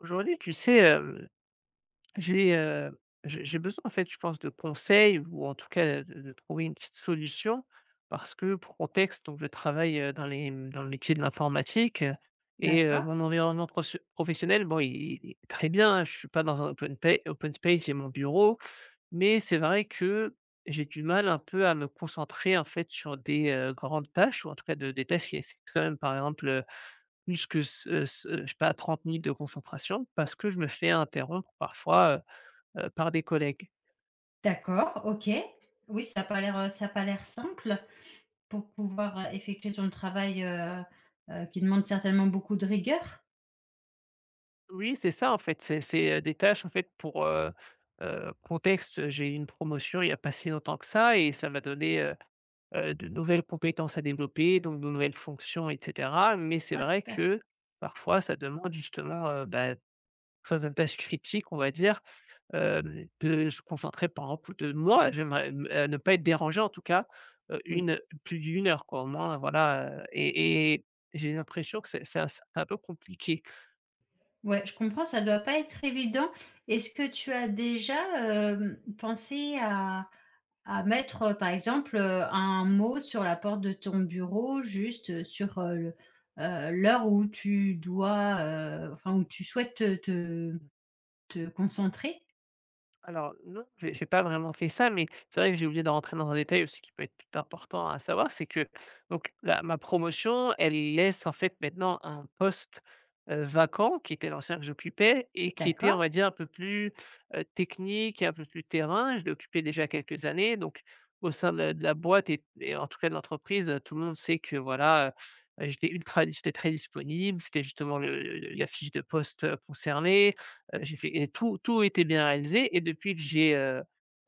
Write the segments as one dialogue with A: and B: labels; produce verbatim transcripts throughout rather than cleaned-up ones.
A: Aujourd'hui, tu sais, hem, j'ai, heu, j'ai j'ai besoin, en fait, je pense, de conseils ou en tout cas de de trouver une petite solution parce que pour contexte, donc je travaille, heu, dans les mmh, dans le métier de l'informatique, heu et heu,
B: D'accord,
A: mon environnement proche professionnel, bon, il il est très bien, hein. Je ne suis pas dans un open pay open space, j'ai mon bureau, mais c'est vrai que j'ai du mal un peu à me concentrer, en fait, sur des, heu, grandes tâches ou en tout cas de des tâches qui nécessitent quand même, par exemple, plus que ce euh, ce euh, je sais pas trente minutes de concentration parce que je me fais interrompre parfois, heu heu, par des collègues.
B: d'accord, OK. Oui, ça a pas l'air, heu, ça a pas l'air simple pour pouvoir, heu, effectuer ton travail, heu heu, qui demande certainement beaucoup de rigueur.
A: Oui, c'est ça en fait, c'est c'est, heu, des tâches en fait pour, heu heu, contexte, j'ai eu une promotion il y a pas si longtemps que ça et ça m'a donné, heu heu, de nouvelles compétences à développer, donc de nouvelles fonctions et cetera. Mais c'est
B: Ah
A: vrai
B: super,
A: que parfois ça demande justement, heu, bah, certaines tâches critiques, on va dire. Hem, de se concentrer, par exemple, de moi j'aimerais me ne pas être dérangé, en tout cas, heu,
B: oui.
A: une plus d'une heure quoi, au moins, voilà, heu et et j'ai l'impression que c'est c'est un c'est un peu compliqué.
B: Ouais, je comprends, ça doit pas être évident. Est-ce que tu as déjà, hem, pensé à à mettre, heu, par exemple, heu, un mot sur la porte de ton bureau juste, heu, sur, heu, le, heu, l'heure où tu dois, heu, enfin où tu souhaites te te te concentrer?
A: Alors non, j'ai j'ai pas vraiment fait ça, mais c'est vrai que j'ai oublié de rentrer dans un détail aussi qui peut être tout important à savoir, c'est que donc la ma promotion, elle laisse en fait maintenant un poste, heu, vacant qui était l'ancien que j'occupais et qui était, on
B: D'accord,
A: va dire, un peu plus, heu, technique et un peu plus terrain. Je l'ai occupé déjà quelques années, donc au sein de la de la boîte et et en tout cas de l'entreprise, heu, tout le monde sait que voilà, heu, j'étais ultra j'étais très disponible. C'était justement le le la fiche de poste, heu, concernée. Heu, j'ai fait et tout tout était bien réalisé, et depuis que j'ai, heu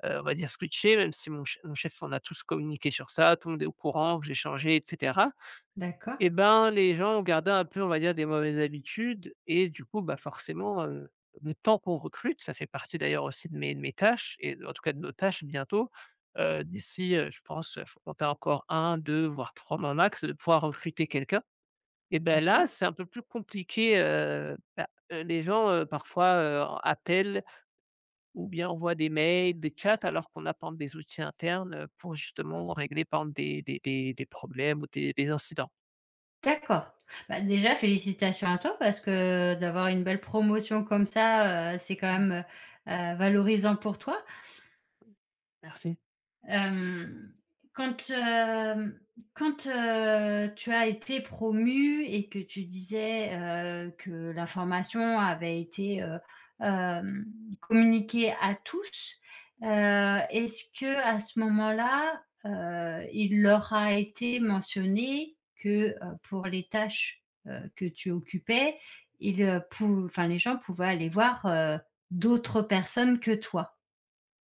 A: heu, on va dire, switché, même si mon che mon chef, on a tous communiqué sur ça, tout le monde est au courant que j'ai changé et cetera,
B: d'accord.
A: et ben, les gens ont gardé un peu, on va dire, des mauvaises habitudes et du coup, bah, forcément, heu, le temps qu'on recrute, ça fait partie d'ailleurs aussi de mes de mes tâches et en tout cas de nos tâches bientôt, heu, d'ici, heu, je pense, faut compter encore un, deux, voire trois mois max de pouvoir recruter quelqu'un, et bah, là, c'est un peu plus compliqué, heu, bah, heu, les gens, heu, parfois, heu, appellent ou bien on voit des mails, des chats, alors qu'on a, par exemple, des outils internes, heu, pour justement régler, par exemple, des des des des problèmes ou des des incidents.
B: D'accord. Bah, déjà félicitations à toi parce que d'avoir une belle promotion comme ça, heu, c'est quand
A: Mmh,
B: même, heu valorisant pour toi.
A: merci.
B: Hem, quand, hem, quand, heu, tu as été promu et que tu disais, heu, que l'information avait été, heu, hem, communiquée à tous, heu, est-ce que à ce moment-là, heu, il leur a été mentionné que, heu, pour les tâches, heu, que tu occupais, ils, heu, pou enfin, les gens pouvaient aller voir, heu, d'autres personnes que toi?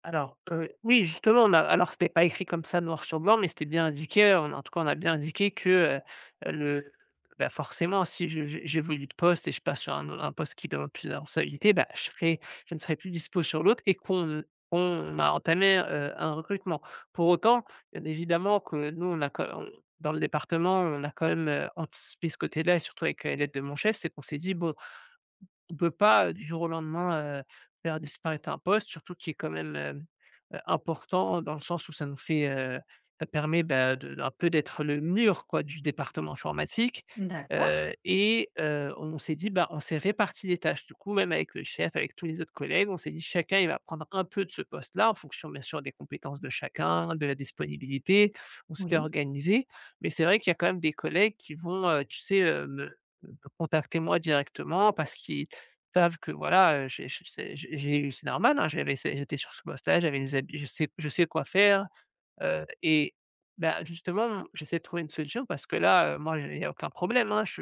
A: Alors, heu, oui, justement, on a alors c'était pas écrit comme ça noir sur blanc, mais c'était bien indiqué, on en tout cas, on a bien indiqué que, heu, le bah, forcément, si je je j'évolue de poste et je passe sur un un poste qui demande plus de responsabilité, bah, je serai je ne serai plus dispo sur l'autre, et qu'on on a entamé, heu, un recrutement. Pour autant, bien évidemment que nous, on a quand on, dans le département, on a quand même, heu, anticipé ce côté-là, et surtout avec, heu, l'aide de mon chef, c'est qu'on s'est dit: «Bon». On peut pas, heu, du jour au lendemain, heu, faire disparaître un poste, surtout qui est quand même, hem, heu, important, dans le sens où ça nous fait, heu, ça permet, bah, de un peu d'être le mur quoi du département informatique,
B: D'accord,
A: heu et heu, on s'est dit, bah, on s'est réparti les tâches. Du coup, même avec le chef, avec tous les autres collègues, on s'est dit: «Chacun, il va prendre un peu de ce poste-là», en fonction bien sûr des compétences de chacun, de la disponibilité. On s'était
B: oui,
A: organisé, mais c'est vrai qu'il y a quand même des collègues qui vont, heu, tu sais, heu, me me contacter moi directement parce qu'ils savent que voilà, heu, j'ai je sais j'ai eu c'est normal, hein, j'avais c'est j'étais sur ce poste-là, j'avais les hab je sais je sais quoi faire. Heu et bah, justement, j'essaie de trouver une solution parce que là, heu, moi, il y a aucun problème, hein. Je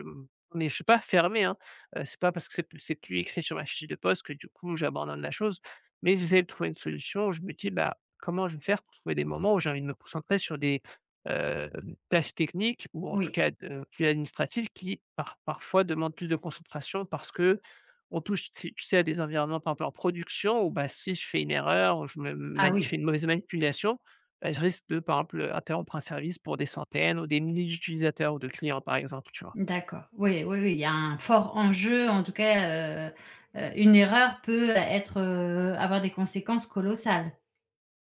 A: Mais suis pas fermé, hein. Heu, c'est pas parce que c'est c'est plus écrit sur ma fiche de poste que du coup j'abandonne la chose. Mais j'essaie de trouver une solution. Je me dis: «Bah, comment je vais faire pour trouver des moments où j'ai envie de me concentrer sur des, hem, tâches techniques ou en tout
B: oui.
A: cas, heu, plus administratives qui par parfois demandent plus de concentration?» Parce qu'on touche, tu tu sais, à des environnements, par exemple, en production où, bah, si je fais une erreur ou je me
B: Ah
A: mani je fais
B: oui.
A: une mauvaise manipulation, elle risque de, par exemple, interrompre un service pour des centaines ou des milliers d'utilisateurs ou de clients, par exemple, tu vois?
B: D'accord. Oui, oui, oui, il y a un fort enjeu, en tout cas, heu heu, une erreur peut être, heu, avoir des conséquences colossales.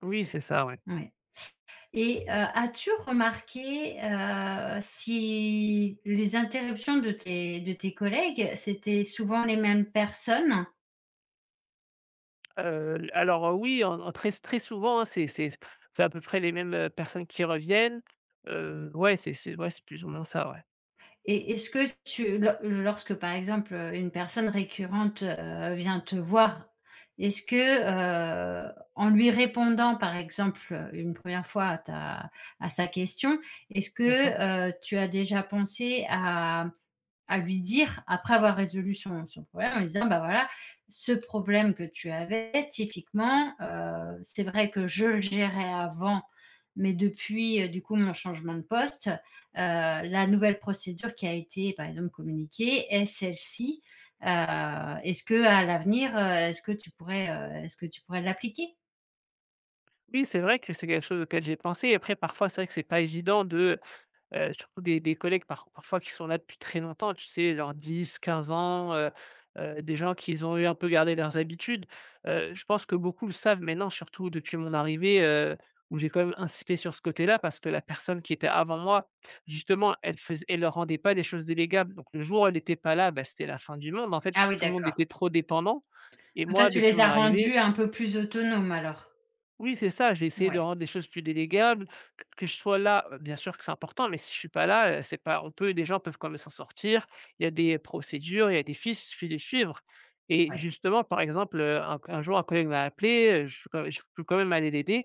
A: Oui, c'est ça, ouais.
B: Oui. et heu, as-tu remarqué, heu, si les interruptions de tes de tes collègues, c'était souvent les mêmes personnes?
A: Heu, alors, heu, oui, en en très très souvent, hein, c'est c'est c'est à peu près les mêmes, heu, personnes qui reviennent. Heu, ouais, c'est c'est ouais, c'est plus ou moins ça, ouais.
B: Et est-ce que tu lo lorsque, par exemple, heu, une personne récurrente, heu, vient te voir, est-ce que, heu, en lui répondant, par exemple, une première fois à ta à sa question, est-ce
A: D'accord.
B: que, heu, tu as déjà pensé à à lui dire, après avoir résolu son, son problème, en lui disant, bah voilà, ce problème que tu avais, typiquement, euh, c'est vrai que je le gérais avant, mais depuis, euh, du coup, mon changement de poste, euh, la nouvelle procédure qui a été, par exemple, communiquée est celle-ci. Euh, est-ce que à l'avenir, euh, est-ce que tu pourrais, euh, est-ce que tu pourrais l'appliquer?
A: Oui, c'est vrai que c'est quelque chose auquel j'ai pensé. Après, parfois, c'est vrai que c'est pas évident de... Heu, surtout des des collègues par parfois qui sont là depuis très longtemps, tu sais? Genre dix quinze ans, heu heu, des gens qu'ils ont eu un peu gardé leurs habitudes. Heu, je pense que beaucoup le savent maintenant, surtout depuis mon arrivée, heu, où j'ai quand même insisté sur ce côté-là parce que la personne qui était avant moi, justement, elle faisait elle leur rendait pas des choses délégables. Donc le jour où elle n'était pas là, bah, c'était la fin du monde en fait,
B: Ah
A: tout
B: oui,
A: tout le monde
B: d'accord.
A: était trop dépendant, et
B: Donc toi,
A: moi
B: tu
A: depuis
B: les
A: mon
B: as
A: arrivée,
B: rendus un peu plus autonomes alors?
A: oui, c'est ça, j'ai essayé de
B: Ouais,
A: rendre des choses plus délégables, que que je sois là, heu, bien sûr que c'est important, mais si je suis pas là, heu, c'est pas on peut des gens peuvent quand même s'en sortir. Il y a des procédures, il y a des fiches, il suffit de les suivre, et
B: ouais.
A: justement, par exemple, heu, un un jour un collègue m'a appelé, heu, je suis quand je peux quand même aller l'aider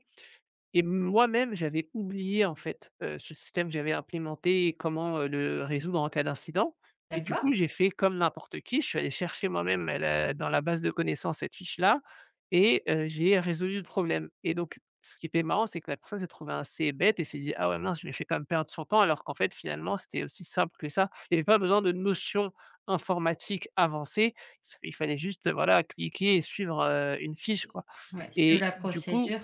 A: et moi-même, j'avais oublié en fait, heu, ce système que j'avais implémenté, et comment, heu, le résoudre en cas d'incident. Et du
B: D'accord.
A: coup, j'ai fait comme n'importe qui, je suis allé chercher moi-même à la dans la base de connaissances cette fiche-là, et heu, j'ai résolu le problème, et donc ce qui était marrant, c'est que la personne s'est trouvée assez bête et s'est dit: «Ah ouais, mince, je lui ai fait quand même perdre son temps», alors qu'en fait, finalement, c'était aussi simple que ça. Il y avait pas besoin de notions informatiques avancées, il fallait juste, voilà, cliquer et suivre, heu, une fiche, quoi.
B: Ouais, suivre
A: Et
B: la
A: du coup,
B: procédure.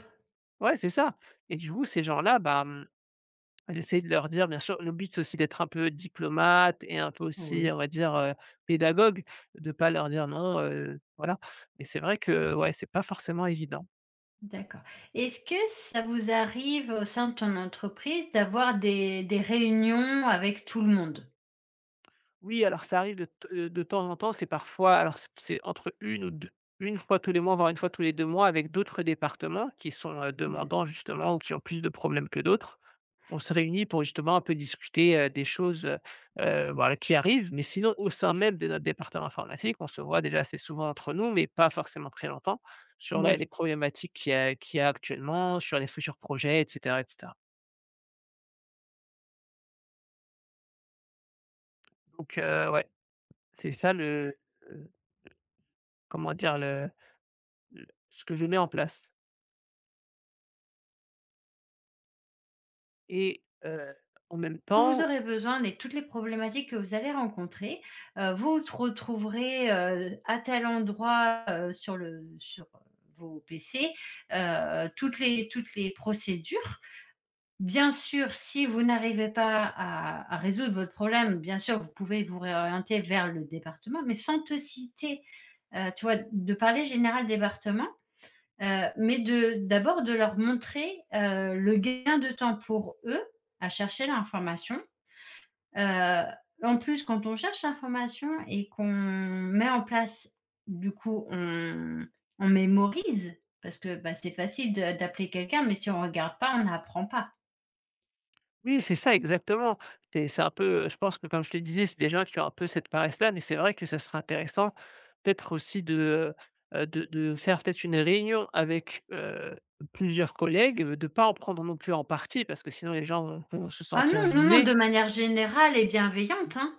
A: ouais, c'est ça. Et du coup, ces gens-là, bah, mmh, j'essaie de leur dire, bien sûr, le but, c'est aussi d'être un peu diplomate et un peu
B: Oui,
A: aussi, on va dire, heu, pédagogue, de pas leur dire: «Non», heu, voilà, mais c'est vrai que, ouais, c'est pas forcément évident.
B: d'accord. Est-ce que ça vous arrive au sein de ton entreprise d'avoir des des réunions avec tout le monde?
A: Oui, alors ça arrive de t heu, de temps en temps, c'est parfois, alors c'est c'est entre une ou deux une fois tous les mois, voire une fois tous les deux mois, avec d'autres départements qui sont, heu, demandants
B: D'acc
A: justement, ou qui ont plus de problèmes que d'autres. On se réunit pour justement un peu discuter, heu, des choses, heu heu, voilà, qui arrivent, mais sinon au sein même de notre département informatique, on se voit déjà assez souvent entre nous, mais pas forcément très longtemps, sur la
B: oui.
A: les problématiques qu'il y a qu'il y a actuellement, sur les futurs projets, et cetera, et cetera. Donc heu, ouais, c'est ça le le comment dire? Le le ce que je mets en place, et heu, en même
B: Vous
A: temps.
B: aurez besoin de toutes les problématiques que vous allez rencontrer. Heu, vous t retrouverez, heu, à tel endroit, heu, sur le sur, heu, vos P C, heu, toutes les toutes les procédures. Bien sûr, si vous n'arrivez pas à à résoudre votre problème, bien sûr, vous pouvez vous réorienter vers le département, mais sans te citer, heu, tu vois? De parler général département, heu, mais de d'abord de leur montrer, heu, le gain de temps pour eux à chercher l'information. Heu, En plus, quand on cherche l'information et qu'on met en place, du coup, on on mémorise parce que, bah, c'est facile de d'appeler quelqu'un, mais si on ne regarde pas, on n'apprend pas.
A: Oui, c'est ça exactement. C'est c'est un peu, je pense que comme je te disais, c'est des gens qui ont un peu cette paresse-là, mais c'est vrai que ça serait intéressant peut-être aussi de, heu de de faire peut-être une réunion avec, heu, plusieurs collègues, heu, de ne pas en prendre non plus en partie parce que sinon les gens vont vont se
B: Ah
A: sentir
B: non, non, non,
A: visés,
B: de manière générale et bienveillante, hein.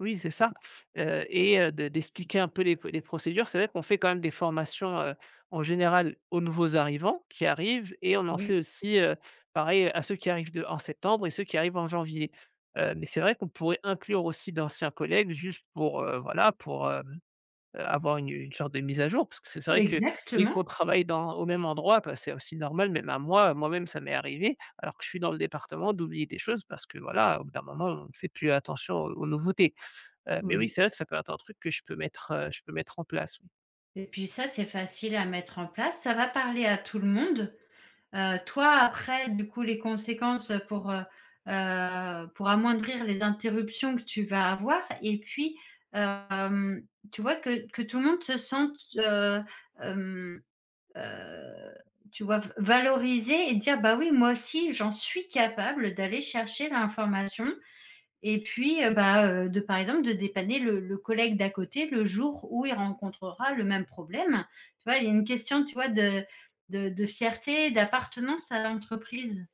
A: oui, c'est ça, heu et heu, de d'expliquer un peu les les procédures. C'est vrai qu'on fait quand même des formations, heu, en général aux nouveaux arrivants qui arrivent, et on en fait
B: Oui,
A: aussi, heu, pareil, à ceux qui arrivent de en septembre et ceux qui arrivent en janvier. Heu, mais c'est vrai qu'on pourrait inclure aussi d'anciens collègues juste pour, heu, voilà, pour, hem, avoir une une sorte de mise à jour. Parce que c'est vrai que dès
B: exactement,
A: qu'on travaille dans au même endroit, bah, c'est aussi normal, même à moi, moi-même, ça m'est arrivé, alors que je suis dans le département, d'oublier des choses parce que voilà, au bout d'un moment, on ne fait plus attention aux aux nouveautés. Heu, mais oui,
B: oui.
A: c'est vrai que ça peut être un truc que je peux mettre, heu, je peux mettre en place, oui.
B: Et puis ça, c'est facile à mettre en place. Ça va parler à tout le monde. Heu, toi après du coup les conséquences, pour, heu heu, pour amoindrir les interruptions que tu vas avoir et puis, hem, tu vois que que tout le monde se sente, heu, hem, heu, tu vois v valorisé et dire: «Bah oui, moi aussi j'en suis capable d'aller chercher l'information». Et puis, heu, bah, heu, de par exemple, de dépanner le le collègue d'à côté le jour où il rencontrera le même problème. Tu vois? Il y a une question, tu vois, de de de fierté, d'appartenance à l'entreprise.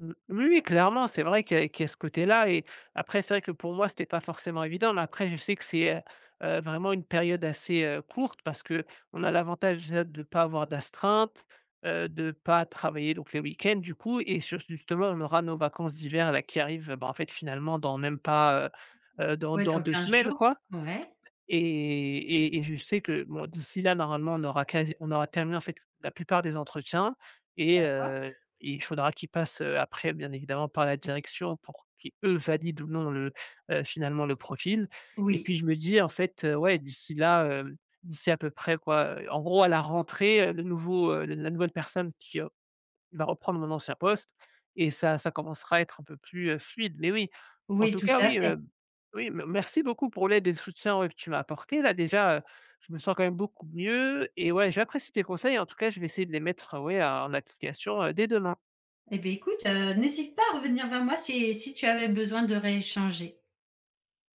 A: Mmh, oui, oui, clairement, c'est vrai qu'il y a qu'il y a ce côté-là, et après, c'est vrai que pour moi, c'était pas forcément évident, mais après, je sais que c'est, heu heu, vraiment une période assez, heu, courte, parce qu'on a l'avantage déjà de pas avoir d'astreinte, heu, de pas travailler donc les week-ends du coup, et sur justement, on aura nos vacances d'hiver là qui arrivent, bah, en fait, finalement dans même pas, heu heu, dans
B: Ouais,
A: dans
B: dans
A: deux
B: quinze
A: semaines
B: jours.
A: quoi.
B: Ouais,
A: Et et et je sais que bon, d'ici là, normalement, on aura quasi on aura terminé en fait la plupart des entretiens, et
B: d'accord.
A: heu, il faudra qu'ils passent, heu, après bien évidemment par la direction pour qu'ils eux valident ou non le, heu, finalement le profil. Et
B: Oui,
A: puis je me dis en fait, heu, ouais, d'ici là, heu, d'ici à peu près quoi, heu, en gros à la rentrée, heu, le nouveau, heu, la nouvelle personne qui... il va reprendre mon ancien poste, et ça ça commencera à être un peu plus, heu, fluide. Mais oui, en
B: oui,
A: tout
B: tout
A: cas,
B: à
A: oui,
B: fait.
A: heu, oui, me merci beaucoup pour l'aide et le soutien, ouais, que tu m'as apporté là déjà, heu, je me sens quand même beaucoup mieux, et ouais, j'apprécie tes conseils. En tout cas, je vais essayer de les mettre, euh, ouais, en application, heu, dès demain.
B: Et beh, écoute, heu, n'hésite pas à revenir vers moi si si tu avais besoin de rééchanger.